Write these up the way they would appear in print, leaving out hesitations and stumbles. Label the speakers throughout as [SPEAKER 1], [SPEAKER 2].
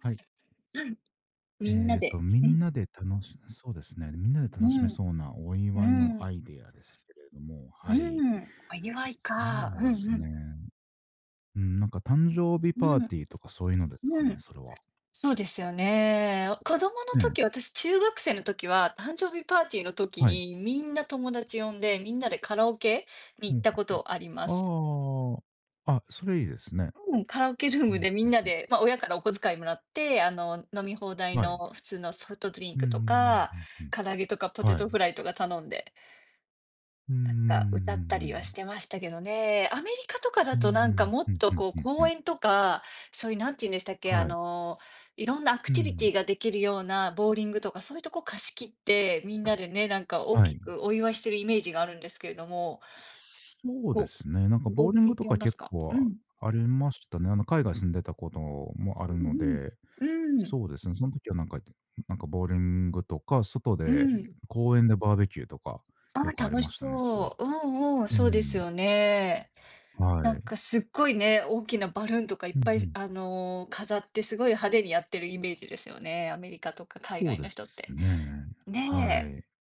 [SPEAKER 1] はい。
[SPEAKER 2] みんなで、
[SPEAKER 1] み
[SPEAKER 2] うん、
[SPEAKER 1] んなで楽しそうですね。みんなで
[SPEAKER 2] う
[SPEAKER 1] 楽しめ
[SPEAKER 2] ん、
[SPEAKER 1] そうなお祝い
[SPEAKER 2] う
[SPEAKER 1] の
[SPEAKER 2] ん、
[SPEAKER 1] アイデアですけれども、はい。
[SPEAKER 2] うん、お祝い
[SPEAKER 1] そ
[SPEAKER 2] か。うんう
[SPEAKER 1] うですね。
[SPEAKER 2] ん。
[SPEAKER 1] うん、なんか誕生日
[SPEAKER 2] う
[SPEAKER 1] パー
[SPEAKER 2] ん、
[SPEAKER 1] ティーとかそういうのです
[SPEAKER 2] う
[SPEAKER 1] かね、
[SPEAKER 2] ん。
[SPEAKER 1] それは。
[SPEAKER 2] そうですよね。子供の
[SPEAKER 1] え
[SPEAKER 2] 時、
[SPEAKER 1] え、
[SPEAKER 2] 私中学生の時は、誕生日パーティーの時
[SPEAKER 1] はい。
[SPEAKER 2] にみんな友達呼んで、みんなでカラオケに行
[SPEAKER 1] ほ
[SPEAKER 2] っ
[SPEAKER 1] う
[SPEAKER 2] たこ
[SPEAKER 1] ほう
[SPEAKER 2] とあります。
[SPEAKER 1] ほう。ああ、あ、それいいですね。
[SPEAKER 2] うん、カラオケルー
[SPEAKER 1] う
[SPEAKER 2] ムで
[SPEAKER 1] ん、
[SPEAKER 2] みんな
[SPEAKER 1] う
[SPEAKER 2] で、まあ、親からお小遣いもらって、飲み放題
[SPEAKER 1] ん、はい。
[SPEAKER 2] の普通のソフトドリン
[SPEAKER 1] うんう
[SPEAKER 2] ク
[SPEAKER 1] んう
[SPEAKER 2] と
[SPEAKER 1] ん
[SPEAKER 2] か、
[SPEAKER 1] うんうん。
[SPEAKER 2] 唐揚げとかポテ
[SPEAKER 1] はい。
[SPEAKER 2] トフライとか頼んで
[SPEAKER 1] うんうんうん
[SPEAKER 2] な
[SPEAKER 1] う
[SPEAKER 2] ん
[SPEAKER 1] んう
[SPEAKER 2] か歌ったりはし
[SPEAKER 1] ん。
[SPEAKER 2] てましたけどね。アメリカとかだ
[SPEAKER 1] う
[SPEAKER 2] となんか
[SPEAKER 1] ん
[SPEAKER 2] もっ
[SPEAKER 1] うん
[SPEAKER 2] と
[SPEAKER 1] うん
[SPEAKER 2] こう
[SPEAKER 1] う
[SPEAKER 2] 公
[SPEAKER 1] ん。
[SPEAKER 2] 園とか、そういうなんて言うんでしたっけ、
[SPEAKER 1] はい。
[SPEAKER 2] いろんなアク
[SPEAKER 1] う
[SPEAKER 2] ティビテ
[SPEAKER 1] ん、
[SPEAKER 2] ィができるようなボウリングとか、そういうとこ貸し切って、みんなでね、なんか大
[SPEAKER 1] は
[SPEAKER 2] き
[SPEAKER 1] い。
[SPEAKER 2] くお祝いしてるイメージがあるんですけれども、
[SPEAKER 1] そうで
[SPEAKER 2] ご
[SPEAKER 1] すね。なんかボ
[SPEAKER 2] ご
[SPEAKER 1] ウリン
[SPEAKER 2] 経
[SPEAKER 1] グと
[SPEAKER 2] 験あ
[SPEAKER 1] か
[SPEAKER 2] ります
[SPEAKER 1] 結
[SPEAKER 2] か？う
[SPEAKER 1] 構
[SPEAKER 2] ん。
[SPEAKER 1] ありましたね。海外住んでたこともあるので、
[SPEAKER 2] うんうん。う
[SPEAKER 1] そうですね、その時はなんかボウリングとか、外
[SPEAKER 2] ん、う
[SPEAKER 1] で
[SPEAKER 2] ん。
[SPEAKER 1] 公園でバーベキューとか、
[SPEAKER 2] ああ、
[SPEAKER 1] よくあり
[SPEAKER 2] 楽
[SPEAKER 1] ま
[SPEAKER 2] し
[SPEAKER 1] したね、それは。
[SPEAKER 2] そう。うんうん、
[SPEAKER 1] う
[SPEAKER 2] そうです
[SPEAKER 1] ん、
[SPEAKER 2] よね。
[SPEAKER 1] は
[SPEAKER 2] なん
[SPEAKER 1] い。
[SPEAKER 2] かすっごいね、大きなバルーンとかい
[SPEAKER 1] う
[SPEAKER 2] っ
[SPEAKER 1] んう
[SPEAKER 2] ぱい、
[SPEAKER 1] ん。
[SPEAKER 2] 飾ってすごい派手にやってるイメージですよね。アメリカとか海
[SPEAKER 1] そう
[SPEAKER 2] 外
[SPEAKER 1] で
[SPEAKER 2] の人っ
[SPEAKER 1] す
[SPEAKER 2] て。
[SPEAKER 1] ね。は
[SPEAKER 2] ね
[SPEAKER 1] い。
[SPEAKER 2] え。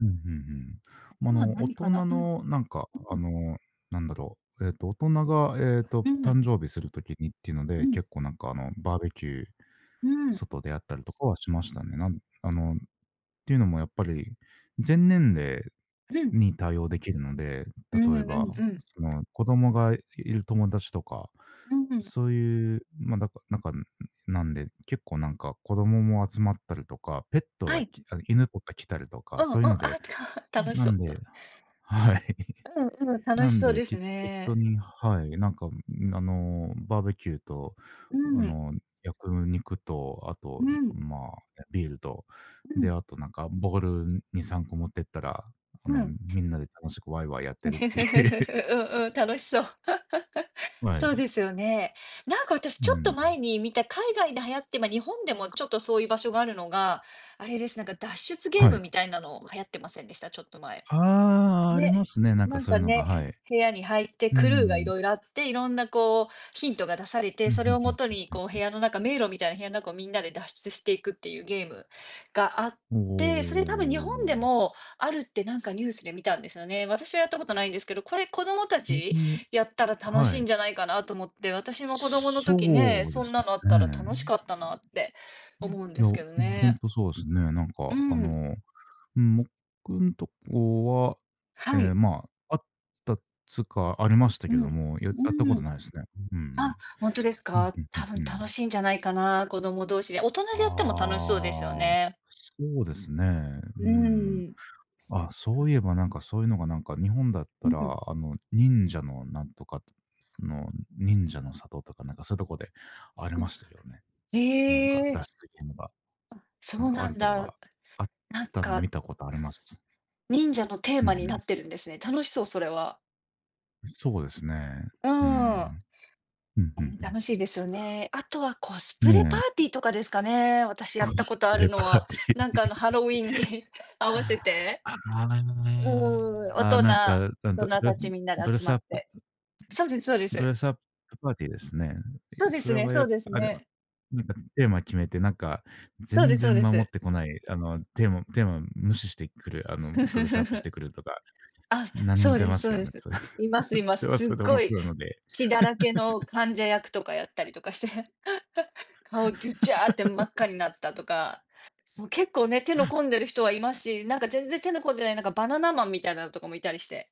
[SPEAKER 1] うんうんうん。
[SPEAKER 2] あ
[SPEAKER 1] ま、
[SPEAKER 2] と
[SPEAKER 1] あ
[SPEAKER 2] は
[SPEAKER 1] の、大
[SPEAKER 2] 何か
[SPEAKER 1] 人
[SPEAKER 2] な。うん、
[SPEAKER 1] のなんか、
[SPEAKER 2] う
[SPEAKER 1] あ
[SPEAKER 2] ん、
[SPEAKER 1] の、なんだろう、えっと、大人が、
[SPEAKER 2] うん、
[SPEAKER 1] 誕生日する時にっていうの
[SPEAKER 2] う
[SPEAKER 1] で、
[SPEAKER 2] ん、
[SPEAKER 1] 結構なんか、バーベキュー
[SPEAKER 2] うん、
[SPEAKER 1] 外であったりとかはしましたね。なんあの、っていうのもやっぱり、全年齢
[SPEAKER 2] うん、
[SPEAKER 1] に対応できるので、
[SPEAKER 2] う
[SPEAKER 1] 例
[SPEAKER 2] ん
[SPEAKER 1] え
[SPEAKER 2] う
[SPEAKER 1] ば、
[SPEAKER 2] んう
[SPEAKER 1] その、子供がいる友達とか、
[SPEAKER 2] ん、うん。
[SPEAKER 1] そういう、まあ、だかなんか、なんで、結構なんか子供も集まったりとか、ペット
[SPEAKER 2] は
[SPEAKER 1] が
[SPEAKER 2] い。
[SPEAKER 1] きあの、犬とか来たりと
[SPEAKER 2] う
[SPEAKER 1] か、
[SPEAKER 2] んう
[SPEAKER 1] そ
[SPEAKER 2] ん。
[SPEAKER 1] ういうので、
[SPEAKER 2] あ、楽し
[SPEAKER 1] な
[SPEAKER 2] そう。
[SPEAKER 1] んではい。
[SPEAKER 2] うんうん、楽
[SPEAKER 1] な
[SPEAKER 2] し
[SPEAKER 1] ん
[SPEAKER 2] そう
[SPEAKER 1] で、
[SPEAKER 2] です
[SPEAKER 1] 適当
[SPEAKER 2] ね。
[SPEAKER 1] にはい、なんか、ん、バーベキューと、
[SPEAKER 2] うん、
[SPEAKER 1] あ
[SPEAKER 2] うん、
[SPEAKER 1] の、焼く肉と、あと、
[SPEAKER 2] うん、
[SPEAKER 1] まあ、ビールと、
[SPEAKER 2] う
[SPEAKER 1] で、
[SPEAKER 2] ん。
[SPEAKER 1] あとなんかボール2、3個持ってったら、あ
[SPEAKER 2] う
[SPEAKER 1] の、
[SPEAKER 2] ん
[SPEAKER 1] みんなで楽しくワイワイやってるっていう。
[SPEAKER 2] うん、楽しそう。
[SPEAKER 1] は
[SPEAKER 2] そう
[SPEAKER 1] い。
[SPEAKER 2] ですよね。なんか私
[SPEAKER 1] う
[SPEAKER 2] ちょっと
[SPEAKER 1] ん。
[SPEAKER 2] 前に見た海外で流行って、まあ、日本でもちょっとそういう場所があるのが、あれです、なんか脱出ゲー
[SPEAKER 1] は
[SPEAKER 2] ム
[SPEAKER 1] い。
[SPEAKER 2] みたいなの流行ってませんでした？ちょっと前。
[SPEAKER 1] ああ、ありま
[SPEAKER 2] ね、
[SPEAKER 1] すね、なん
[SPEAKER 2] な
[SPEAKER 1] か
[SPEAKER 2] ん
[SPEAKER 1] そう
[SPEAKER 2] か
[SPEAKER 1] いうのが、はい。
[SPEAKER 2] ね、
[SPEAKER 1] う
[SPEAKER 2] 部屋に入って
[SPEAKER 1] ー
[SPEAKER 2] クルーがい
[SPEAKER 1] ん。
[SPEAKER 2] ろいろあって、いろんなこうヒントが出されて、
[SPEAKER 1] うん、う
[SPEAKER 2] そ
[SPEAKER 1] ん
[SPEAKER 2] れを
[SPEAKER 1] う
[SPEAKER 2] も
[SPEAKER 1] ん
[SPEAKER 2] とに
[SPEAKER 1] うん
[SPEAKER 2] こう
[SPEAKER 1] う
[SPEAKER 2] 部
[SPEAKER 1] ん。
[SPEAKER 2] 屋の中、迷路みたいな部屋の中をみんなで脱出していくっていうゲームがあって、それ
[SPEAKER 1] お
[SPEAKER 2] 多分日本で
[SPEAKER 1] ー
[SPEAKER 2] もあるってなんかニュースで見たんですよね。私はやったことないんですけど、これ子供た
[SPEAKER 1] 僕
[SPEAKER 2] ち
[SPEAKER 1] も
[SPEAKER 2] やったら楽し
[SPEAKER 1] は
[SPEAKER 2] いん
[SPEAKER 1] い。
[SPEAKER 2] じゃないかなと思って、私も子供の時ね、
[SPEAKER 1] そうで
[SPEAKER 2] そん
[SPEAKER 1] す
[SPEAKER 2] なのあったら楽し
[SPEAKER 1] ね。
[SPEAKER 2] かったなって思うん
[SPEAKER 1] い
[SPEAKER 2] で
[SPEAKER 1] や、
[SPEAKER 2] す
[SPEAKER 1] も
[SPEAKER 2] けど
[SPEAKER 1] うほん
[SPEAKER 2] ね。
[SPEAKER 1] とそうですね。なん
[SPEAKER 2] う
[SPEAKER 1] かあ
[SPEAKER 2] ん。
[SPEAKER 1] の、うん、僕んとこは、え
[SPEAKER 2] は
[SPEAKER 1] え、
[SPEAKER 2] い。
[SPEAKER 1] まあ、あったっつか、ありました
[SPEAKER 2] う
[SPEAKER 1] けど
[SPEAKER 2] ん。
[SPEAKER 1] も、やったこ
[SPEAKER 2] う
[SPEAKER 1] と
[SPEAKER 2] ん
[SPEAKER 1] ないですね。うんう
[SPEAKER 2] あ、
[SPEAKER 1] ん。
[SPEAKER 2] 本当です
[SPEAKER 1] うん、
[SPEAKER 2] か？
[SPEAKER 1] うんう
[SPEAKER 2] 多
[SPEAKER 1] ん
[SPEAKER 2] 分
[SPEAKER 1] うん。
[SPEAKER 2] 楽しいんじゃないかな、子供同士で。大人でやっても楽しそうですよ
[SPEAKER 1] ああ、
[SPEAKER 2] ね。
[SPEAKER 1] そうですね。う
[SPEAKER 2] う
[SPEAKER 1] ん。
[SPEAKER 2] ーん。
[SPEAKER 1] あ、そういえばなんかそういうのがなんか日本だっ
[SPEAKER 2] う
[SPEAKER 1] たら、
[SPEAKER 2] ん。
[SPEAKER 1] あの、忍者の里とかなんかそういうとこであり
[SPEAKER 2] あ、
[SPEAKER 1] ましたけどね。
[SPEAKER 2] へ
[SPEAKER 1] なんか
[SPEAKER 2] え、
[SPEAKER 1] 脱出ゲームが。
[SPEAKER 2] そ
[SPEAKER 1] なん
[SPEAKER 2] う
[SPEAKER 1] かあ
[SPEAKER 2] な
[SPEAKER 1] る
[SPEAKER 2] ん
[SPEAKER 1] とこ
[SPEAKER 2] だ。
[SPEAKER 1] があっ
[SPEAKER 2] なん
[SPEAKER 1] たの
[SPEAKER 2] か、
[SPEAKER 1] 見たことあります。
[SPEAKER 2] 忍者のテー
[SPEAKER 1] うんう
[SPEAKER 2] マにな
[SPEAKER 1] ん。
[SPEAKER 2] ってるんですね。楽しそう、それは。
[SPEAKER 1] そうですね。
[SPEAKER 2] うー
[SPEAKER 1] う
[SPEAKER 2] ん。
[SPEAKER 1] ん。うん、
[SPEAKER 2] え、
[SPEAKER 1] うんう
[SPEAKER 2] 楽しいですよね。あとはコス
[SPEAKER 1] ん。
[SPEAKER 2] プレ
[SPEAKER 1] ね
[SPEAKER 2] パ
[SPEAKER 1] え。
[SPEAKER 2] ーティーとかですかね、私 や
[SPEAKER 1] コ
[SPEAKER 2] ったこ
[SPEAKER 1] ス
[SPEAKER 2] とあ
[SPEAKER 1] プ
[SPEAKER 2] る
[SPEAKER 1] レ
[SPEAKER 2] の
[SPEAKER 1] パーテ
[SPEAKER 2] は。
[SPEAKER 1] ィー。
[SPEAKER 2] なんかハロウィーンに 合わせて、
[SPEAKER 1] あ
[SPEAKER 2] うーん、
[SPEAKER 1] あ、
[SPEAKER 2] 大
[SPEAKER 1] ああ、
[SPEAKER 2] 人
[SPEAKER 1] なんか、
[SPEAKER 2] 大人
[SPEAKER 1] ドレ
[SPEAKER 2] た
[SPEAKER 1] ス
[SPEAKER 2] ちみんな
[SPEAKER 1] ド
[SPEAKER 2] で
[SPEAKER 1] レ
[SPEAKER 2] 集
[SPEAKER 1] ス
[SPEAKER 2] ま
[SPEAKER 1] ア
[SPEAKER 2] っ
[SPEAKER 1] ップ
[SPEAKER 2] て。そうですそうで
[SPEAKER 1] ド
[SPEAKER 2] す。
[SPEAKER 1] レスアップパーティーですね。
[SPEAKER 2] そうで
[SPEAKER 1] そ
[SPEAKER 2] す
[SPEAKER 1] れ
[SPEAKER 2] ね
[SPEAKER 1] は
[SPEAKER 2] そ
[SPEAKER 1] よ
[SPEAKER 2] う
[SPEAKER 1] く
[SPEAKER 2] です
[SPEAKER 1] あれは、
[SPEAKER 2] ね。
[SPEAKER 1] なんかテーマ決めて、なんか
[SPEAKER 2] そうで
[SPEAKER 1] 全
[SPEAKER 2] すそう
[SPEAKER 1] 然
[SPEAKER 2] で
[SPEAKER 1] 守っ
[SPEAKER 2] す。
[SPEAKER 1] てこない、あの、テーマ無視してくる、あの、ドレスアップして くるとか、
[SPEAKER 2] あ、
[SPEAKER 1] 何
[SPEAKER 2] そ
[SPEAKER 1] 人
[SPEAKER 2] う
[SPEAKER 1] か
[SPEAKER 2] で
[SPEAKER 1] いま
[SPEAKER 2] すそ
[SPEAKER 1] す
[SPEAKER 2] う
[SPEAKER 1] よ
[SPEAKER 2] で
[SPEAKER 1] ね。
[SPEAKER 2] す。
[SPEAKER 1] それ
[SPEAKER 2] います いま
[SPEAKER 1] そ
[SPEAKER 2] す。
[SPEAKER 1] れは
[SPEAKER 2] す
[SPEAKER 1] そ
[SPEAKER 2] っ
[SPEAKER 1] れで面
[SPEAKER 2] ごい
[SPEAKER 1] 白いので。
[SPEAKER 2] 血だらけの患者役とかやったりとかして、顔ドゥチャーって真っ赤になったとか、そう、結構ね、手の込んでる人はいますし、なんか全然手の込んでない、なんかバナナマンみたいなのとかもいたりして、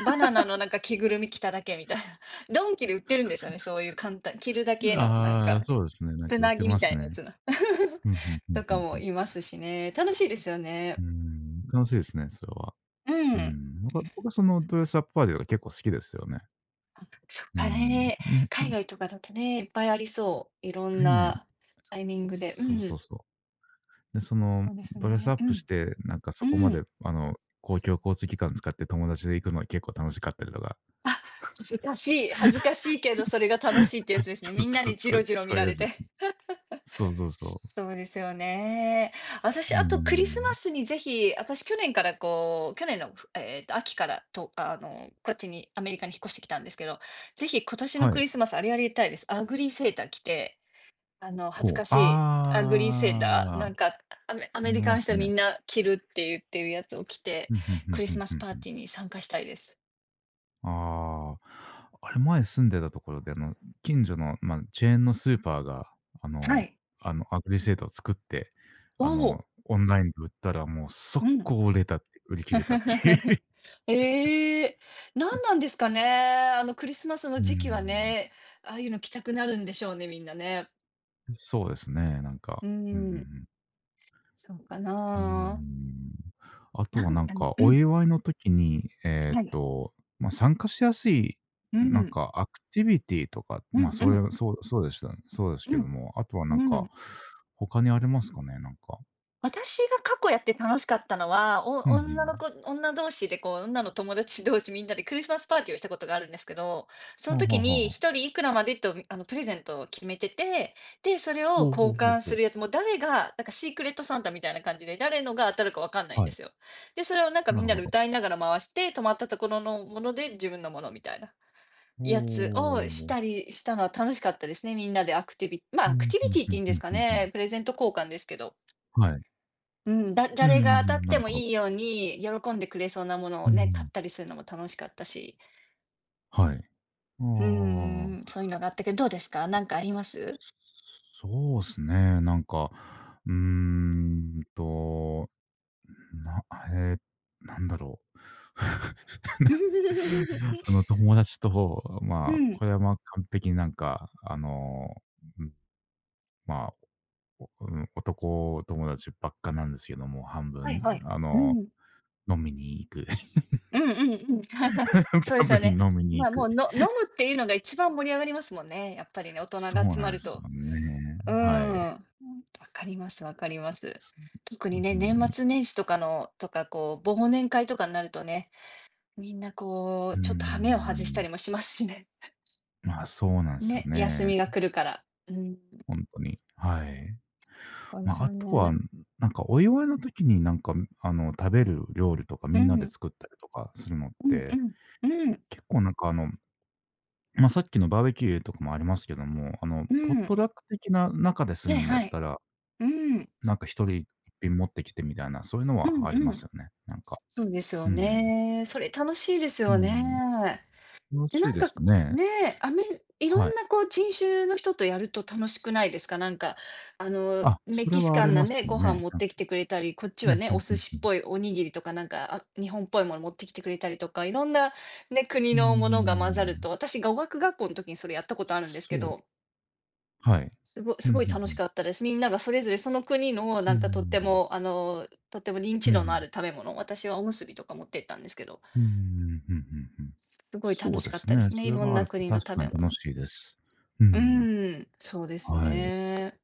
[SPEAKER 2] バナナのなんか着ぐるみ着ただけみたいな。ドンキで売ってるんですよね、そういう簡単着るだけのなん
[SPEAKER 1] あ
[SPEAKER 2] か、
[SPEAKER 1] あ、そうですね。なんか
[SPEAKER 2] つ
[SPEAKER 1] 売っ
[SPEAKER 2] な
[SPEAKER 1] て
[SPEAKER 2] ぎみ
[SPEAKER 1] ま
[SPEAKER 2] た
[SPEAKER 1] す
[SPEAKER 2] いなや
[SPEAKER 1] ね。
[SPEAKER 2] つの
[SPEAKER 1] うんふんふ ん
[SPEAKER 2] と
[SPEAKER 1] ふ
[SPEAKER 2] か
[SPEAKER 1] んふ
[SPEAKER 2] も
[SPEAKER 1] ん。
[SPEAKER 2] いますしね、楽しいですよ
[SPEAKER 1] う
[SPEAKER 2] ね。
[SPEAKER 1] ーん、楽しいですね、それは。
[SPEAKER 2] う
[SPEAKER 1] う
[SPEAKER 2] ん。
[SPEAKER 1] ん。なんか僕はそのドレスアップパーティーとか結構好きですよね。
[SPEAKER 2] そっ
[SPEAKER 1] う
[SPEAKER 2] か
[SPEAKER 1] ん。
[SPEAKER 2] ね。海外とかだとね、いっぱいありそう。いろん
[SPEAKER 1] ねえ。
[SPEAKER 2] なタイミングで。う
[SPEAKER 1] そうそう
[SPEAKER 2] ん。
[SPEAKER 1] そう。で、その
[SPEAKER 2] そうです
[SPEAKER 1] ドレス
[SPEAKER 2] ね。
[SPEAKER 1] アッ
[SPEAKER 2] う
[SPEAKER 1] プし
[SPEAKER 2] ん。
[SPEAKER 1] て、なんかそこ
[SPEAKER 2] う
[SPEAKER 1] ま
[SPEAKER 2] ん。
[SPEAKER 1] であの、公共交通機関使って友達で行くのは結構楽しかったりとか。
[SPEAKER 2] あ、恥ずかしい。恥ずかしいけど、それが楽しいってやつ ですね。
[SPEAKER 1] そ
[SPEAKER 2] み
[SPEAKER 1] う
[SPEAKER 2] んな
[SPEAKER 1] そう、
[SPEAKER 2] にジ
[SPEAKER 1] そ
[SPEAKER 2] ロ
[SPEAKER 1] う
[SPEAKER 2] ジロ見
[SPEAKER 1] そうい
[SPEAKER 2] ら
[SPEAKER 1] うや
[SPEAKER 2] れ
[SPEAKER 1] つですね。
[SPEAKER 2] て。
[SPEAKER 1] そうそうそう。
[SPEAKER 2] そうですよね。私、
[SPEAKER 1] うー
[SPEAKER 2] あとクリスマ
[SPEAKER 1] ん。
[SPEAKER 2] スにぜひ、私去年からこう、去年の、ふえっと、秋からと、こっちに、アメリカに引っ越してきたんですけど、ぜひ今年の
[SPEAKER 1] は
[SPEAKER 2] ク
[SPEAKER 1] い。
[SPEAKER 2] リスマスあれやりたいです。アグリセーター着て恥ず
[SPEAKER 1] ほう。
[SPEAKER 2] かしい、アグリーセーター、
[SPEAKER 1] ああ、
[SPEAKER 2] な
[SPEAKER 1] あ
[SPEAKER 2] んか、アメア
[SPEAKER 1] り
[SPEAKER 2] メリカ
[SPEAKER 1] ま
[SPEAKER 2] の
[SPEAKER 1] す
[SPEAKER 2] 人み
[SPEAKER 1] ね。
[SPEAKER 2] んな着るって言ってるやつを着て、
[SPEAKER 1] うんうんう
[SPEAKER 2] クリス
[SPEAKER 1] ん
[SPEAKER 2] マ
[SPEAKER 1] う
[SPEAKER 2] ス
[SPEAKER 1] ん
[SPEAKER 2] パー
[SPEAKER 1] うん。
[SPEAKER 2] ティーに参加したいです。
[SPEAKER 1] ああ、あれ前住んでたところで、あの、近所の、まあ、チェーンのスーパーが、あ
[SPEAKER 2] は
[SPEAKER 1] の
[SPEAKER 2] い。
[SPEAKER 1] あの、アグリセールを作って、あ
[SPEAKER 2] お
[SPEAKER 1] の、
[SPEAKER 2] お、
[SPEAKER 1] オンラインで売ったらもう速
[SPEAKER 2] うん。
[SPEAKER 1] 攻売れたって売り切れたっていう。
[SPEAKER 2] ええ、なんなんですかね。クリスマス の
[SPEAKER 1] う
[SPEAKER 2] 時期は
[SPEAKER 1] ん、
[SPEAKER 2] ね、ああいうの着たくなるんでしょうね、みんなね。
[SPEAKER 1] そうですね、なん
[SPEAKER 2] う
[SPEAKER 1] か。
[SPEAKER 2] ー
[SPEAKER 1] うんうんう
[SPEAKER 2] ん、
[SPEAKER 1] ん
[SPEAKER 2] そうか
[SPEAKER 1] うー
[SPEAKER 2] な。
[SPEAKER 1] ん。あと
[SPEAKER 2] な
[SPEAKER 1] は
[SPEAKER 2] ん
[SPEAKER 1] なん
[SPEAKER 2] かね
[SPEAKER 1] か、
[SPEAKER 2] う
[SPEAKER 1] お
[SPEAKER 2] ん、
[SPEAKER 1] 祝いの時に、
[SPEAKER 2] はい。
[SPEAKER 1] ま、参加しやすい
[SPEAKER 2] うん
[SPEAKER 1] な
[SPEAKER 2] う
[SPEAKER 1] ん
[SPEAKER 2] ん、
[SPEAKER 1] かアクティビティとか、
[SPEAKER 2] う
[SPEAKER 1] ま、
[SPEAKER 2] ん、うん、
[SPEAKER 1] そうでしたねそうです
[SPEAKER 2] う
[SPEAKER 1] け
[SPEAKER 2] ん。
[SPEAKER 1] ども、あとはなん
[SPEAKER 2] う
[SPEAKER 1] か、
[SPEAKER 2] ん
[SPEAKER 1] 他にありますかね、なんか。
[SPEAKER 2] 私が過去やって楽しかったのは、お
[SPEAKER 1] うんう
[SPEAKER 2] 女
[SPEAKER 1] ん。
[SPEAKER 2] の子女同士でこう、女の友達同士みんなでクリスマスパーティーをしたことがあるんですけど、そ
[SPEAKER 1] は
[SPEAKER 2] の
[SPEAKER 1] あ
[SPEAKER 2] 時
[SPEAKER 1] はあはあ
[SPEAKER 2] に
[SPEAKER 1] はあ。
[SPEAKER 2] 一人いくらまでと、プレゼントを決めてて、で、それを
[SPEAKER 1] ほう
[SPEAKER 2] 交
[SPEAKER 1] ほうほう
[SPEAKER 2] 換
[SPEAKER 1] ほ
[SPEAKER 2] す
[SPEAKER 1] う。
[SPEAKER 2] るやつ、もう誰がなんかシークレットサンタみたいな感じで、誰のが当たるかわかんないん
[SPEAKER 1] は
[SPEAKER 2] で
[SPEAKER 1] い。
[SPEAKER 2] すよ。で、それをなんか
[SPEAKER 1] な
[SPEAKER 2] みん
[SPEAKER 1] る
[SPEAKER 2] な
[SPEAKER 1] ほ
[SPEAKER 2] で
[SPEAKER 1] ど。
[SPEAKER 2] 歌いながら回して、止まったところのもので自分のものみたいな
[SPEAKER 1] お
[SPEAKER 2] やつ
[SPEAKER 1] お
[SPEAKER 2] をしたりしたのは楽しかったですね、みんなでアクティビま
[SPEAKER 1] う
[SPEAKER 2] あ、アク
[SPEAKER 1] ん、
[SPEAKER 2] ティ
[SPEAKER 1] ふ
[SPEAKER 2] ビテ
[SPEAKER 1] ん
[SPEAKER 2] ィっ
[SPEAKER 1] ふ
[SPEAKER 2] て
[SPEAKER 1] ん
[SPEAKER 2] いうん
[SPEAKER 1] ふ
[SPEAKER 2] です
[SPEAKER 1] ん
[SPEAKER 2] か
[SPEAKER 1] ふんふ
[SPEAKER 2] ね、
[SPEAKER 1] ん。
[SPEAKER 2] プレゼント交換ですけど。
[SPEAKER 1] はい。
[SPEAKER 2] うん、だ
[SPEAKER 1] うんう
[SPEAKER 2] 誰が
[SPEAKER 1] ん
[SPEAKER 2] 当た
[SPEAKER 1] うん、
[SPEAKER 2] っ
[SPEAKER 1] な
[SPEAKER 2] て
[SPEAKER 1] る
[SPEAKER 2] も
[SPEAKER 1] ほど。
[SPEAKER 2] いいように、喜んでくれそうなものを
[SPEAKER 1] う
[SPEAKER 2] ね、買っ
[SPEAKER 1] ん。
[SPEAKER 2] たりするのも楽しかったし。
[SPEAKER 1] はい。
[SPEAKER 2] う
[SPEAKER 1] あ
[SPEAKER 2] ん
[SPEAKER 1] あ。
[SPEAKER 2] そういうのがあったけど、どうですか？なんかあります？
[SPEAKER 1] そうですね、なんか、うーんと、なええ、なんだろう。
[SPEAKER 2] うん。
[SPEAKER 1] あの、友達と、
[SPEAKER 2] う
[SPEAKER 1] まあ、
[SPEAKER 2] ん。
[SPEAKER 1] これは、ま、完璧になんか、あの、うん、まあ、うん、男友達ばっかなんですけども、半
[SPEAKER 2] はい
[SPEAKER 1] 分。
[SPEAKER 2] はい。
[SPEAKER 1] あ
[SPEAKER 2] う
[SPEAKER 1] の、
[SPEAKER 2] ん。
[SPEAKER 1] 飲みに行く。
[SPEAKER 2] うんうんうん。そう で
[SPEAKER 1] パ
[SPEAKER 2] す
[SPEAKER 1] ブ
[SPEAKER 2] よ
[SPEAKER 1] に
[SPEAKER 2] ね。
[SPEAKER 1] 飲みに
[SPEAKER 2] ま
[SPEAKER 1] 行
[SPEAKER 2] あ、も
[SPEAKER 1] く。
[SPEAKER 2] う、飲むっていうのが一番盛り上がりますもんね、やっぱりね、大人
[SPEAKER 1] そ
[SPEAKER 2] が
[SPEAKER 1] う
[SPEAKER 2] 集ま
[SPEAKER 1] なんで
[SPEAKER 2] る
[SPEAKER 1] す
[SPEAKER 2] と。
[SPEAKER 1] よね。
[SPEAKER 2] うー
[SPEAKER 1] はい。
[SPEAKER 2] ん。わ分かります分かります。
[SPEAKER 1] す
[SPEAKER 2] 特
[SPEAKER 1] う
[SPEAKER 2] にね、年
[SPEAKER 1] ん、
[SPEAKER 2] 末年始とかこう、忘年会とかになるとねみんなこう、
[SPEAKER 1] う
[SPEAKER 2] ちょっと羽
[SPEAKER 1] ー
[SPEAKER 2] 目を外したりも
[SPEAKER 1] ん。
[SPEAKER 2] しますしね。
[SPEAKER 1] まあ、そうなん ですよ
[SPEAKER 2] ね、休
[SPEAKER 1] ね。
[SPEAKER 2] みが来るから。うん、
[SPEAKER 1] ほんとに。はい。
[SPEAKER 2] そうです
[SPEAKER 1] ま、あ
[SPEAKER 2] よ
[SPEAKER 1] とは、
[SPEAKER 2] ね。
[SPEAKER 1] なんかお祝いの時になんか、あの、食べる料理とか
[SPEAKER 2] う
[SPEAKER 1] みんなで
[SPEAKER 2] ん、
[SPEAKER 1] 作ったりとかするのっ
[SPEAKER 2] うん、う
[SPEAKER 1] て、
[SPEAKER 2] ん、うん、
[SPEAKER 1] 結構なんかあの、ま、さっきのバーベキューとかもありますけども、あの、
[SPEAKER 2] う
[SPEAKER 1] ポット
[SPEAKER 2] ん。
[SPEAKER 1] ラック的な中です
[SPEAKER 2] は
[SPEAKER 1] る
[SPEAKER 2] い
[SPEAKER 1] んだ
[SPEAKER 2] は
[SPEAKER 1] っ
[SPEAKER 2] い。
[SPEAKER 1] たら、
[SPEAKER 2] うん、
[SPEAKER 1] なんか1人一品持ってきてみたいな、そういうの
[SPEAKER 2] うん、
[SPEAKER 1] はあり
[SPEAKER 2] う
[SPEAKER 1] ま
[SPEAKER 2] ん。
[SPEAKER 1] すよね、なんか。
[SPEAKER 2] そうです
[SPEAKER 1] う
[SPEAKER 2] よ
[SPEAKER 1] んうん。
[SPEAKER 2] ね。それ楽しいです
[SPEAKER 1] うー
[SPEAKER 2] よ
[SPEAKER 1] ん。
[SPEAKER 2] ね。
[SPEAKER 1] 楽
[SPEAKER 2] で、
[SPEAKER 1] し
[SPEAKER 2] な
[SPEAKER 1] い
[SPEAKER 2] ん
[SPEAKER 1] で
[SPEAKER 2] か、
[SPEAKER 1] すね。
[SPEAKER 2] ね、あめいろ
[SPEAKER 1] は
[SPEAKER 2] ん
[SPEAKER 1] い。
[SPEAKER 2] なこう人種の人とやると楽しくないですか？なんか、
[SPEAKER 1] あ、
[SPEAKER 2] メ
[SPEAKER 1] それ
[SPEAKER 2] キシ
[SPEAKER 1] はあ
[SPEAKER 2] カ
[SPEAKER 1] り
[SPEAKER 2] ンな
[SPEAKER 1] ます
[SPEAKER 2] ね、ご飯
[SPEAKER 1] ね。
[SPEAKER 2] 持っ
[SPEAKER 1] うん。
[SPEAKER 2] てきてくれたり、こっち
[SPEAKER 1] う
[SPEAKER 2] は
[SPEAKER 1] ん、
[SPEAKER 2] ね、
[SPEAKER 1] ふ
[SPEAKER 2] お
[SPEAKER 1] んふ
[SPEAKER 2] 寿
[SPEAKER 1] ん
[SPEAKER 2] 司
[SPEAKER 1] ふ
[SPEAKER 2] っ
[SPEAKER 1] ん。
[SPEAKER 2] ぽいおにぎりとかなんか、あ、日本っぽいもの持ってきてくれたりとか、いろんなね、国
[SPEAKER 1] う
[SPEAKER 2] のもの
[SPEAKER 1] ー
[SPEAKER 2] が混ざると、
[SPEAKER 1] ん。
[SPEAKER 2] 私語学学校の時にそれやったことあるんです
[SPEAKER 1] そ
[SPEAKER 2] けど、
[SPEAKER 1] う。はい。
[SPEAKER 2] すご
[SPEAKER 1] う
[SPEAKER 2] す
[SPEAKER 1] ん、
[SPEAKER 2] ごい
[SPEAKER 1] ふん
[SPEAKER 2] 楽
[SPEAKER 1] ふ
[SPEAKER 2] し
[SPEAKER 1] ん。
[SPEAKER 2] かったです。みんながそれぞれその国の
[SPEAKER 1] う
[SPEAKER 2] なんかとって
[SPEAKER 1] ん。
[SPEAKER 2] も、あの、とっても認
[SPEAKER 1] う
[SPEAKER 2] 知度のあ
[SPEAKER 1] ん。
[SPEAKER 2] る食べ物、私はおむすびとか持ってったんですけど、
[SPEAKER 1] うんうんうんうんうん
[SPEAKER 2] すごい楽
[SPEAKER 1] そう
[SPEAKER 2] し
[SPEAKER 1] で
[SPEAKER 2] かっ
[SPEAKER 1] す
[SPEAKER 2] たで
[SPEAKER 1] ね。
[SPEAKER 2] すね、
[SPEAKER 1] そ
[SPEAKER 2] い
[SPEAKER 1] れ
[SPEAKER 2] ろん
[SPEAKER 1] があ
[SPEAKER 2] な
[SPEAKER 1] ると
[SPEAKER 2] 国の
[SPEAKER 1] 確
[SPEAKER 2] 食
[SPEAKER 1] か
[SPEAKER 2] べ
[SPEAKER 1] に
[SPEAKER 2] 物。
[SPEAKER 1] 楽しいです。う
[SPEAKER 2] う
[SPEAKER 1] ん。
[SPEAKER 2] ーん、そうです
[SPEAKER 1] はい。
[SPEAKER 2] ね。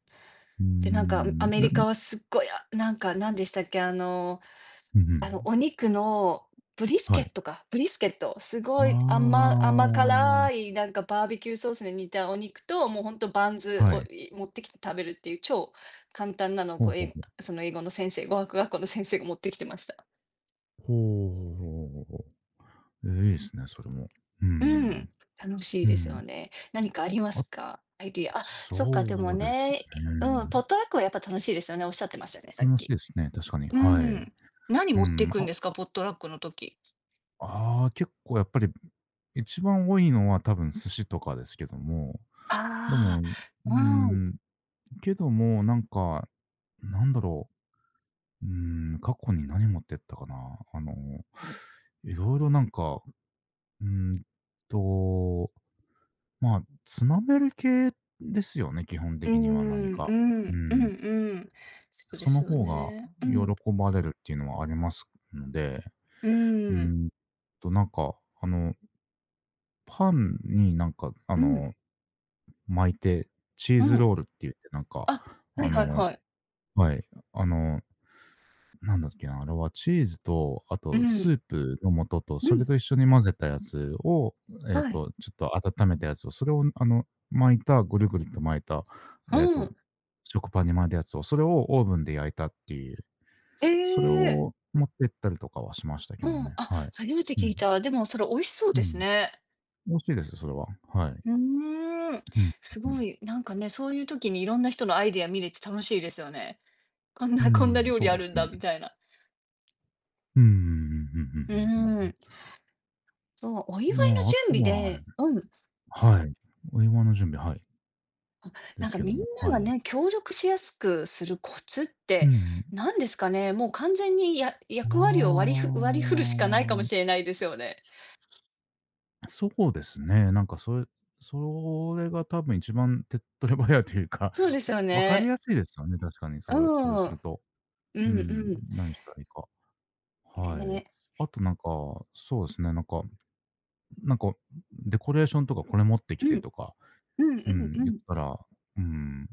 [SPEAKER 1] うー
[SPEAKER 2] で、なんか、ア
[SPEAKER 1] ん。
[SPEAKER 2] メリカ
[SPEAKER 1] で
[SPEAKER 2] はすっごい、あ、なんか、何でしたっけ、
[SPEAKER 1] うんうん。
[SPEAKER 2] お肉のブリス
[SPEAKER 1] は
[SPEAKER 2] ケ
[SPEAKER 1] い。
[SPEAKER 2] ットか、ブリスケット、す
[SPEAKER 1] あ
[SPEAKER 2] ごい甘甘辛
[SPEAKER 1] あ、
[SPEAKER 2] い、なんか、バーベキューソースで煮たお肉と、もうほんとバンズ
[SPEAKER 1] は
[SPEAKER 2] を、
[SPEAKER 1] い。
[SPEAKER 2] 持ってきて食べるっていう超簡単なのを、
[SPEAKER 1] ほ
[SPEAKER 2] こ
[SPEAKER 1] う
[SPEAKER 2] う、
[SPEAKER 1] ほう
[SPEAKER 2] 英
[SPEAKER 1] ほう。
[SPEAKER 2] その英語の先生語学学校の先生が持ってきてました。
[SPEAKER 1] ほうほうほうほうほう。ええ、いいですね、それも。うー
[SPEAKER 2] うん、
[SPEAKER 1] ん。
[SPEAKER 2] 楽しい
[SPEAKER 1] う
[SPEAKER 2] です
[SPEAKER 1] ん。
[SPEAKER 2] よね。何かありま
[SPEAKER 1] あ、
[SPEAKER 2] すか？アイディア。あ、そっか、
[SPEAKER 1] そ
[SPEAKER 2] でも
[SPEAKER 1] うです
[SPEAKER 2] ね、うん、ポッ
[SPEAKER 1] ね。
[SPEAKER 2] トラックはやっぱ楽しいですよね、おっしゃってましたね、さっ
[SPEAKER 1] 楽しい
[SPEAKER 2] き。
[SPEAKER 1] ですね、確かに。
[SPEAKER 2] う
[SPEAKER 1] はい。
[SPEAKER 2] ん。何
[SPEAKER 1] う
[SPEAKER 2] 持ってい
[SPEAKER 1] ん。
[SPEAKER 2] くんですか？ポットラックの時。
[SPEAKER 1] ああ、結構やっぱり、一番多いのは多分寿司とかですけども、でも、
[SPEAKER 2] ああ、
[SPEAKER 1] うー
[SPEAKER 2] うん。
[SPEAKER 1] ん、けども、なんか、なんだろう、うーん、過去に何持ってったかな。あの、いろいろなんか、うーんと、まあ、つまめる系ですよね、基本
[SPEAKER 2] う
[SPEAKER 1] 的には何
[SPEAKER 2] ん、う
[SPEAKER 1] か。う
[SPEAKER 2] ん、うん
[SPEAKER 1] ーん、
[SPEAKER 2] うん。そうで
[SPEAKER 1] その
[SPEAKER 2] すよ
[SPEAKER 1] 方が
[SPEAKER 2] ね。う
[SPEAKER 1] 喜
[SPEAKER 2] ん、
[SPEAKER 1] ばれるっていうのはありますので、
[SPEAKER 2] う
[SPEAKER 1] う
[SPEAKER 2] ん、
[SPEAKER 1] ーんと、なんか、あの、パンになんか、あ
[SPEAKER 2] うん、
[SPEAKER 1] の巻いて、チー
[SPEAKER 2] う
[SPEAKER 1] ズ
[SPEAKER 2] ん。
[SPEAKER 1] ロールって言ってなんか、
[SPEAKER 2] あ、はい
[SPEAKER 1] あ
[SPEAKER 2] はい
[SPEAKER 1] の
[SPEAKER 2] はい。
[SPEAKER 1] はい、あの、なんだっけな、あれはチーズと、あ
[SPEAKER 2] う
[SPEAKER 1] と
[SPEAKER 2] ん、
[SPEAKER 1] スープの素と、
[SPEAKER 2] う
[SPEAKER 1] そ
[SPEAKER 2] ん、
[SPEAKER 1] れと一緒に混ぜたやつを、
[SPEAKER 2] はい。
[SPEAKER 1] ちょっと温めたやつを、それをあの、巻いたぐるぐるっと巻いた、えっ
[SPEAKER 2] う
[SPEAKER 1] と、
[SPEAKER 2] ん。
[SPEAKER 1] 食パンに巻いたやつを、それをオーブンで焼いたっていう、
[SPEAKER 2] え
[SPEAKER 1] それ
[SPEAKER 2] え。
[SPEAKER 1] を持ってったりとかはしましたけ
[SPEAKER 2] う
[SPEAKER 1] ど
[SPEAKER 2] ん、
[SPEAKER 1] ね、
[SPEAKER 2] あ、
[SPEAKER 1] はい。
[SPEAKER 2] 初めて
[SPEAKER 1] う
[SPEAKER 2] 聞
[SPEAKER 1] ん、
[SPEAKER 2] いた。でもそれ美味しそう
[SPEAKER 1] う
[SPEAKER 2] です
[SPEAKER 1] ん。
[SPEAKER 2] ね。
[SPEAKER 1] 美味しいです、それは。はい。
[SPEAKER 2] うーん。
[SPEAKER 1] うん、
[SPEAKER 2] す
[SPEAKER 1] うん。
[SPEAKER 2] ごい、なんかね、そういう時にいろんな人のアイデア見れて楽しいですよね。こん
[SPEAKER 1] う
[SPEAKER 2] なこんな
[SPEAKER 1] ーん、
[SPEAKER 2] 料
[SPEAKER 1] そ
[SPEAKER 2] 理
[SPEAKER 1] う
[SPEAKER 2] あ
[SPEAKER 1] で
[SPEAKER 2] るん
[SPEAKER 1] すね。
[SPEAKER 2] だみたいな。
[SPEAKER 1] うんうんうんうんうんうんう
[SPEAKER 2] うーん。
[SPEAKER 1] ん。
[SPEAKER 2] そう、お祝いの
[SPEAKER 1] まあ、あ
[SPEAKER 2] 準
[SPEAKER 1] と
[SPEAKER 2] 備
[SPEAKER 1] は
[SPEAKER 2] でうん。
[SPEAKER 1] はい。お祝いの準備、はい、
[SPEAKER 2] あ、
[SPEAKER 1] で
[SPEAKER 2] なん
[SPEAKER 1] す
[SPEAKER 2] か
[SPEAKER 1] けど
[SPEAKER 2] みん
[SPEAKER 1] も、
[SPEAKER 2] な
[SPEAKER 1] は
[SPEAKER 2] が
[SPEAKER 1] い。
[SPEAKER 2] ね、協力しやすくするコツっ
[SPEAKER 1] う
[SPEAKER 2] て
[SPEAKER 1] ん。
[SPEAKER 2] 何ですかね？もう完全にや
[SPEAKER 1] あ
[SPEAKER 2] 役割を割り振るしかないかも
[SPEAKER 1] あ。
[SPEAKER 2] しれないですよね。
[SPEAKER 1] そうですね。なんかそれが多分一番手っ取り早いというか、
[SPEAKER 2] そうですよ
[SPEAKER 1] わかり
[SPEAKER 2] ね。
[SPEAKER 1] やすいですよね、確かに
[SPEAKER 2] う
[SPEAKER 1] それ
[SPEAKER 2] ん。う
[SPEAKER 1] す
[SPEAKER 2] ん
[SPEAKER 1] ると。うん、
[SPEAKER 2] うん。
[SPEAKER 1] 何したらいいか。はい。
[SPEAKER 2] ねえ。
[SPEAKER 1] あとなんか、そうですね、なんかデコレーションとかこれ持って
[SPEAKER 2] う
[SPEAKER 1] きて
[SPEAKER 2] ん。
[SPEAKER 1] とか
[SPEAKER 2] うんう
[SPEAKER 1] う
[SPEAKER 2] ん
[SPEAKER 1] ん、
[SPEAKER 2] う
[SPEAKER 1] 言っ
[SPEAKER 2] ん。
[SPEAKER 1] たら、うん、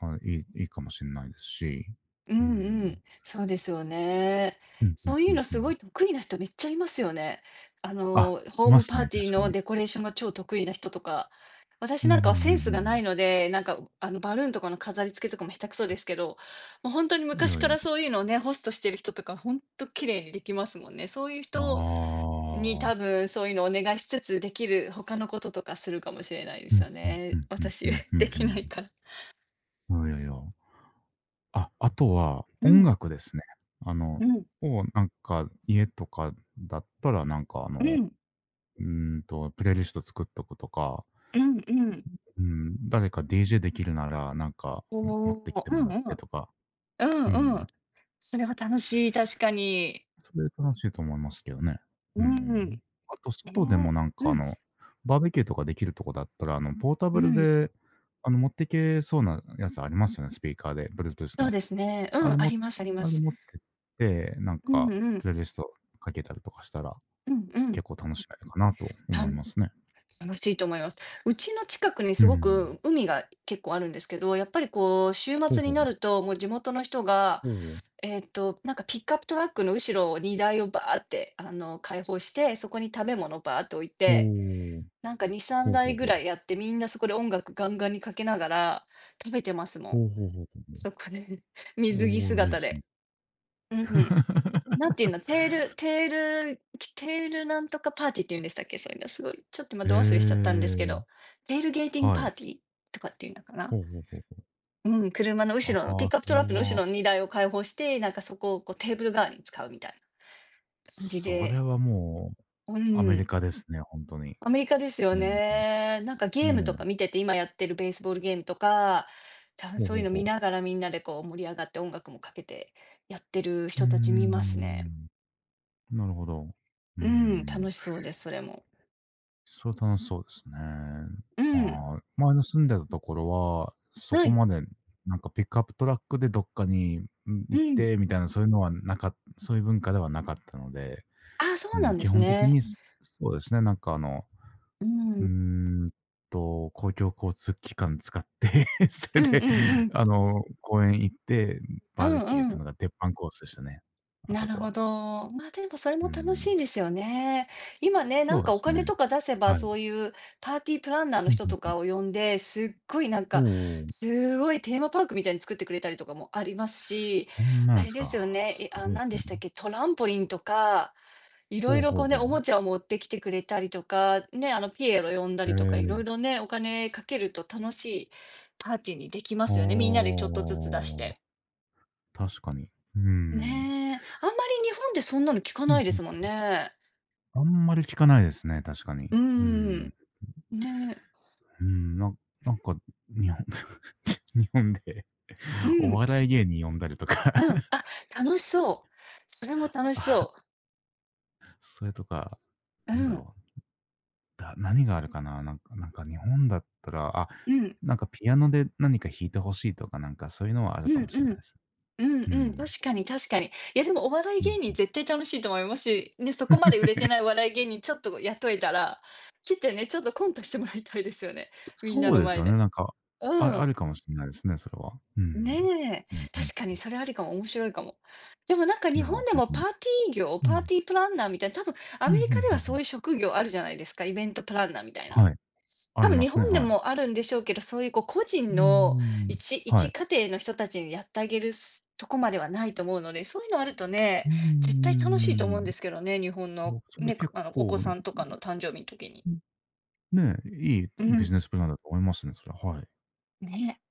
[SPEAKER 1] はい、いいかもしんないですし、
[SPEAKER 2] う
[SPEAKER 1] う
[SPEAKER 2] んう
[SPEAKER 1] ん。
[SPEAKER 2] ん、そうですよね。
[SPEAKER 1] うん、ふ
[SPEAKER 2] そ
[SPEAKER 1] ん
[SPEAKER 2] うい
[SPEAKER 1] ふ
[SPEAKER 2] う
[SPEAKER 1] ん
[SPEAKER 2] の
[SPEAKER 1] ふ
[SPEAKER 2] すご
[SPEAKER 1] ん。
[SPEAKER 2] い得意な人めっちゃいますよね。あ
[SPEAKER 1] あ、
[SPEAKER 2] の、ホ
[SPEAKER 1] い
[SPEAKER 2] ー
[SPEAKER 1] ま
[SPEAKER 2] ム
[SPEAKER 1] す
[SPEAKER 2] パー
[SPEAKER 1] ね、
[SPEAKER 2] ティー
[SPEAKER 1] 確か
[SPEAKER 2] の
[SPEAKER 1] に。
[SPEAKER 2] デコレーションが超得意な人とか。私
[SPEAKER 1] う
[SPEAKER 2] な
[SPEAKER 1] ん、ふ
[SPEAKER 2] ん
[SPEAKER 1] んふ
[SPEAKER 2] かはセン
[SPEAKER 1] ん
[SPEAKER 2] ス
[SPEAKER 1] ふ
[SPEAKER 2] が
[SPEAKER 1] んふ
[SPEAKER 2] な
[SPEAKER 1] ん。
[SPEAKER 2] いので、なんかあのバルーンとかの飾り付けとかも下手くそですけど、もう本当に
[SPEAKER 1] い
[SPEAKER 2] 昔
[SPEAKER 1] やい
[SPEAKER 2] か
[SPEAKER 1] や、
[SPEAKER 2] らそういうのをね、ホストしてる人とか本当綺麗にできますもんね。そういう人
[SPEAKER 1] あ
[SPEAKER 2] に
[SPEAKER 1] あ、
[SPEAKER 2] 多分そういうのをお願いしつつできる他のこととかするかもしれないで
[SPEAKER 1] う
[SPEAKER 2] す
[SPEAKER 1] ん、
[SPEAKER 2] よ
[SPEAKER 1] ふんふ
[SPEAKER 2] ね。
[SPEAKER 1] んふん
[SPEAKER 2] 私
[SPEAKER 1] ふ
[SPEAKER 2] で
[SPEAKER 1] んふ
[SPEAKER 2] きない
[SPEAKER 1] ん
[SPEAKER 2] から。
[SPEAKER 1] ふん。いやいやいや。あ、あとは
[SPEAKER 2] う
[SPEAKER 1] 音
[SPEAKER 2] ん、
[SPEAKER 1] 楽ですね。あの、
[SPEAKER 2] うん、
[SPEAKER 1] をなんか家とかだったらなんかあ
[SPEAKER 2] う
[SPEAKER 1] の、
[SPEAKER 2] ん、
[SPEAKER 1] うーんと、プレイリスト作っとくとか、
[SPEAKER 2] うんうん。
[SPEAKER 1] うん、誰か DJ できるなら、なんか、
[SPEAKER 2] お
[SPEAKER 1] ん持ってき
[SPEAKER 2] お、
[SPEAKER 1] て
[SPEAKER 2] う
[SPEAKER 1] も
[SPEAKER 2] ん
[SPEAKER 1] らっ
[SPEAKER 2] う
[SPEAKER 1] て
[SPEAKER 2] ん。
[SPEAKER 1] とか、
[SPEAKER 2] う
[SPEAKER 1] う
[SPEAKER 2] んうん。
[SPEAKER 1] ん。
[SPEAKER 2] それは楽しい、確かに。
[SPEAKER 1] それ楽しいと思いますけどね。
[SPEAKER 2] う
[SPEAKER 1] う
[SPEAKER 2] ん。
[SPEAKER 1] んあと
[SPEAKER 2] え
[SPEAKER 1] 外でもなんかあ
[SPEAKER 2] うん、
[SPEAKER 1] の、バーベキューとかできるとこだったら、あの、ポータ
[SPEAKER 2] う
[SPEAKER 1] ブル
[SPEAKER 2] ん。
[SPEAKER 1] で、あの、持ってけそうなやつありますよね、スピーカーで、Bluetooth
[SPEAKER 2] そう
[SPEAKER 1] の。
[SPEAKER 2] ですね。う
[SPEAKER 1] あ
[SPEAKER 2] ん、
[SPEAKER 1] れ
[SPEAKER 2] あ
[SPEAKER 1] も
[SPEAKER 2] りますありま
[SPEAKER 1] あれ
[SPEAKER 2] す。
[SPEAKER 1] 持ってって、なん
[SPEAKER 2] うん
[SPEAKER 1] か
[SPEAKER 2] う
[SPEAKER 1] プ
[SPEAKER 2] ん。
[SPEAKER 1] レイリストかけたりとかしたら、
[SPEAKER 2] うんうん。
[SPEAKER 1] 結構楽しめるかなと
[SPEAKER 2] た
[SPEAKER 1] 思い
[SPEAKER 2] ん
[SPEAKER 1] ますね。
[SPEAKER 2] 楽しいと思います。うちの近くに
[SPEAKER 1] う
[SPEAKER 2] すご
[SPEAKER 1] ん。
[SPEAKER 2] く海が結構あるんですけど、やっぱりこう週
[SPEAKER 1] ほう
[SPEAKER 2] 末に
[SPEAKER 1] ほう。
[SPEAKER 2] なると、もう地元の人が、
[SPEAKER 1] ほう。
[SPEAKER 2] なんかピックアップトラックの後ろを荷台をバーって開放して、そこに食べ物バーって置いて
[SPEAKER 1] ほう。
[SPEAKER 2] なんか2、3
[SPEAKER 1] ほうほ
[SPEAKER 2] 台
[SPEAKER 1] う
[SPEAKER 2] ぐ
[SPEAKER 1] ほう。
[SPEAKER 2] らいやって、みんなそこで音楽ガンガンにかけながら食べてますもん。
[SPEAKER 1] ほほうほうほうほう。
[SPEAKER 2] そこで、水着
[SPEAKER 1] おお、いいで
[SPEAKER 2] 姿
[SPEAKER 1] すね。
[SPEAKER 2] で。うん。なんていうの、テールなんとかパーティーって言うんでしたっけ？そういうの、すごい、ちょっと今
[SPEAKER 1] へ
[SPEAKER 2] 度忘れしちゃったんですけ
[SPEAKER 1] え、
[SPEAKER 2] ど、テールゲーティングパ
[SPEAKER 1] は
[SPEAKER 2] ー
[SPEAKER 1] い。
[SPEAKER 2] ティーとかっていうのかな？
[SPEAKER 1] ほうほうほうほう。
[SPEAKER 2] うん、車の
[SPEAKER 1] あ
[SPEAKER 2] 後ろのピッ
[SPEAKER 1] あ、
[SPEAKER 2] クアップトラックの後ろの荷台を開放して、なんかそこをこうテーブル代わりに使うみたいな感じ
[SPEAKER 1] それ
[SPEAKER 2] で、
[SPEAKER 1] はもう
[SPEAKER 2] う
[SPEAKER 1] アメ
[SPEAKER 2] ん。
[SPEAKER 1] リカですね、ほんとに。
[SPEAKER 2] アメリカですよ
[SPEAKER 1] うん。
[SPEAKER 2] ね。なんかゲー
[SPEAKER 1] ね
[SPEAKER 2] ムと
[SPEAKER 1] え。
[SPEAKER 2] か見てて、今やってるベースボールゲームとか、多分
[SPEAKER 1] ほう
[SPEAKER 2] そうい
[SPEAKER 1] ほ
[SPEAKER 2] う
[SPEAKER 1] う
[SPEAKER 2] の
[SPEAKER 1] ほ
[SPEAKER 2] 見
[SPEAKER 1] う。
[SPEAKER 2] ながらみんなでこう盛り上がって音楽もかけてやってる
[SPEAKER 1] うー
[SPEAKER 2] 人たち見ますね。
[SPEAKER 1] ん。なるほど。うー
[SPEAKER 2] うん、楽
[SPEAKER 1] ん。
[SPEAKER 2] しそうです、それも。
[SPEAKER 1] それは楽しそうですね。
[SPEAKER 2] うん、
[SPEAKER 1] まあ、前の住んでたところは、そ
[SPEAKER 2] は
[SPEAKER 1] こ
[SPEAKER 2] い、
[SPEAKER 1] までなんかピックアップトラックでどっかに、うん、
[SPEAKER 2] う
[SPEAKER 1] 行っ
[SPEAKER 2] ん。
[SPEAKER 1] てみたいなそういうのはそういう文化ではなかったので、
[SPEAKER 2] あ、そ
[SPEAKER 1] う
[SPEAKER 2] うな
[SPEAKER 1] ん、
[SPEAKER 2] んで
[SPEAKER 1] 基
[SPEAKER 2] す
[SPEAKER 1] 本的
[SPEAKER 2] ね。
[SPEAKER 1] に、そうですね、なんかあの
[SPEAKER 2] うん、う
[SPEAKER 1] うー
[SPEAKER 2] ん
[SPEAKER 1] んと、公共交通機関使って、そ
[SPEAKER 2] う
[SPEAKER 1] れ
[SPEAKER 2] ん
[SPEAKER 1] で、
[SPEAKER 2] うん。
[SPEAKER 1] あの、公園行って、
[SPEAKER 2] う
[SPEAKER 1] バーベキューっ
[SPEAKER 2] んう
[SPEAKER 1] て
[SPEAKER 2] ん。
[SPEAKER 1] のが鉄板コースでしたね。あ
[SPEAKER 2] な
[SPEAKER 1] そ
[SPEAKER 2] る
[SPEAKER 1] こ
[SPEAKER 2] ほ
[SPEAKER 1] は。
[SPEAKER 2] ど。まあ、でもそれも
[SPEAKER 1] う
[SPEAKER 2] 楽し
[SPEAKER 1] ん。
[SPEAKER 2] いですよね。今ね、な
[SPEAKER 1] そ
[SPEAKER 2] ん
[SPEAKER 1] うで
[SPEAKER 2] かお
[SPEAKER 1] すね。
[SPEAKER 2] 金とか出せば、
[SPEAKER 1] はい。
[SPEAKER 2] そういうパーティープランナーの
[SPEAKER 1] ふん
[SPEAKER 2] 人
[SPEAKER 1] ふん
[SPEAKER 2] と
[SPEAKER 1] ふん。
[SPEAKER 2] かを呼んで、すっごいなん
[SPEAKER 1] お
[SPEAKER 2] か、
[SPEAKER 1] お。
[SPEAKER 2] すごいテーマパークみたいに作ってくれたりとかもありますし、
[SPEAKER 1] そんな
[SPEAKER 2] あ
[SPEAKER 1] んで
[SPEAKER 2] れ
[SPEAKER 1] す
[SPEAKER 2] ですよ
[SPEAKER 1] か。
[SPEAKER 2] ね、
[SPEAKER 1] す
[SPEAKER 2] あ、
[SPEAKER 1] ごいで
[SPEAKER 2] 何
[SPEAKER 1] す
[SPEAKER 2] で
[SPEAKER 1] ね。
[SPEAKER 2] したっけ、トランポリンとか、いろい
[SPEAKER 1] ほう
[SPEAKER 2] ろ
[SPEAKER 1] ほ
[SPEAKER 2] こ
[SPEAKER 1] う
[SPEAKER 2] うね、お
[SPEAKER 1] ほ
[SPEAKER 2] もちゃを持ってきてくれたりとか、ね、あのピエロ呼んだ
[SPEAKER 1] う。へ
[SPEAKER 2] りとか、
[SPEAKER 1] え
[SPEAKER 2] いろい
[SPEAKER 1] ー。
[SPEAKER 2] ろね、お金かけると楽しいパーティーにできますよね。みんなで
[SPEAKER 1] あ
[SPEAKER 2] ちょっとずつ出して。
[SPEAKER 1] あ、確かに。うん。
[SPEAKER 2] ね、あんまり日本でそんなの聞か
[SPEAKER 1] う
[SPEAKER 2] ない
[SPEAKER 1] ん
[SPEAKER 2] で
[SPEAKER 1] う
[SPEAKER 2] すもん
[SPEAKER 1] ん。
[SPEAKER 2] ね。
[SPEAKER 1] あんまり聞かないですね、確か
[SPEAKER 2] う
[SPEAKER 1] に。
[SPEAKER 2] ー
[SPEAKER 1] う
[SPEAKER 2] ん。
[SPEAKER 1] ん。
[SPEAKER 2] ねえ、
[SPEAKER 1] うん、なんか、日本 日本で
[SPEAKER 2] う
[SPEAKER 1] お
[SPEAKER 2] ん。
[SPEAKER 1] 笑い芸人呼んだりとか
[SPEAKER 2] うん。あ、楽しそう。それも 楽し
[SPEAKER 1] あ、
[SPEAKER 2] そ
[SPEAKER 1] それとか、
[SPEAKER 2] う。
[SPEAKER 1] な
[SPEAKER 2] う
[SPEAKER 1] んだ
[SPEAKER 2] ん。
[SPEAKER 1] ろう、何があるかな、なんか日本だったら、あ、
[SPEAKER 2] うん。
[SPEAKER 1] なんかピアノで何か弾いてほしいとか、なんかそういうのはある
[SPEAKER 2] う
[SPEAKER 1] か
[SPEAKER 2] ん
[SPEAKER 1] もし
[SPEAKER 2] う
[SPEAKER 1] れない
[SPEAKER 2] ん。
[SPEAKER 1] です
[SPEAKER 2] うんうん。確かに確かに。いやでもお笑い
[SPEAKER 1] うん
[SPEAKER 2] 芸人
[SPEAKER 1] うん
[SPEAKER 2] 絶対楽しいと思いますし、ね、そこまで売れてないお 笑い芸人ちょっと雇えたら、来てね、ちょっとコントしてもらいたいですよね、みんな
[SPEAKER 1] そう
[SPEAKER 2] の
[SPEAKER 1] です
[SPEAKER 2] 前
[SPEAKER 1] よね、
[SPEAKER 2] で。
[SPEAKER 1] なんか、
[SPEAKER 2] う
[SPEAKER 1] あ
[SPEAKER 2] ん。
[SPEAKER 1] るかもしれないですね、それは。うん。
[SPEAKER 2] ねえ、
[SPEAKER 1] うんうん。
[SPEAKER 2] 確かにそれありかも、面白いかも。でもなんか
[SPEAKER 1] い
[SPEAKER 2] 日
[SPEAKER 1] や、
[SPEAKER 2] 本
[SPEAKER 1] 本
[SPEAKER 2] でも
[SPEAKER 1] 当に。う
[SPEAKER 2] パー
[SPEAKER 1] ん。
[SPEAKER 2] ティープランナーみたいな、多分ア
[SPEAKER 1] うんう
[SPEAKER 2] メ
[SPEAKER 1] んうん
[SPEAKER 2] リカで
[SPEAKER 1] う
[SPEAKER 2] はそう
[SPEAKER 1] ん。
[SPEAKER 2] いう職業あるじゃないですか、イベントプランナーみたいな。
[SPEAKER 1] はい、あ
[SPEAKER 2] 多
[SPEAKER 1] り
[SPEAKER 2] 分
[SPEAKER 1] ま
[SPEAKER 2] 日
[SPEAKER 1] す
[SPEAKER 2] 本
[SPEAKER 1] ね、
[SPEAKER 2] で
[SPEAKER 1] はい。
[SPEAKER 2] もあるんでしょうけど、そういうこう個
[SPEAKER 1] う
[SPEAKER 2] 人
[SPEAKER 1] ー
[SPEAKER 2] の
[SPEAKER 1] ん。
[SPEAKER 2] 一
[SPEAKER 1] は
[SPEAKER 2] 一
[SPEAKER 1] い。
[SPEAKER 2] 家庭の人たちにやってあげるすとこまではないと思うので、そういうのあると
[SPEAKER 1] う
[SPEAKER 2] ね、
[SPEAKER 1] ー
[SPEAKER 2] 絶対楽しいと思う
[SPEAKER 1] ん。
[SPEAKER 2] んですけどね、日本
[SPEAKER 1] も
[SPEAKER 2] の
[SPEAKER 1] うそれ
[SPEAKER 2] ね、
[SPEAKER 1] 結
[SPEAKER 2] あのお子
[SPEAKER 1] 構、
[SPEAKER 2] さんとか
[SPEAKER 1] い
[SPEAKER 2] の誕生日の時に。
[SPEAKER 1] ねえ、いい
[SPEAKER 2] う
[SPEAKER 1] ビ
[SPEAKER 2] ん、
[SPEAKER 1] ジネスプランだと思いますね、それは。はい。
[SPEAKER 2] ね。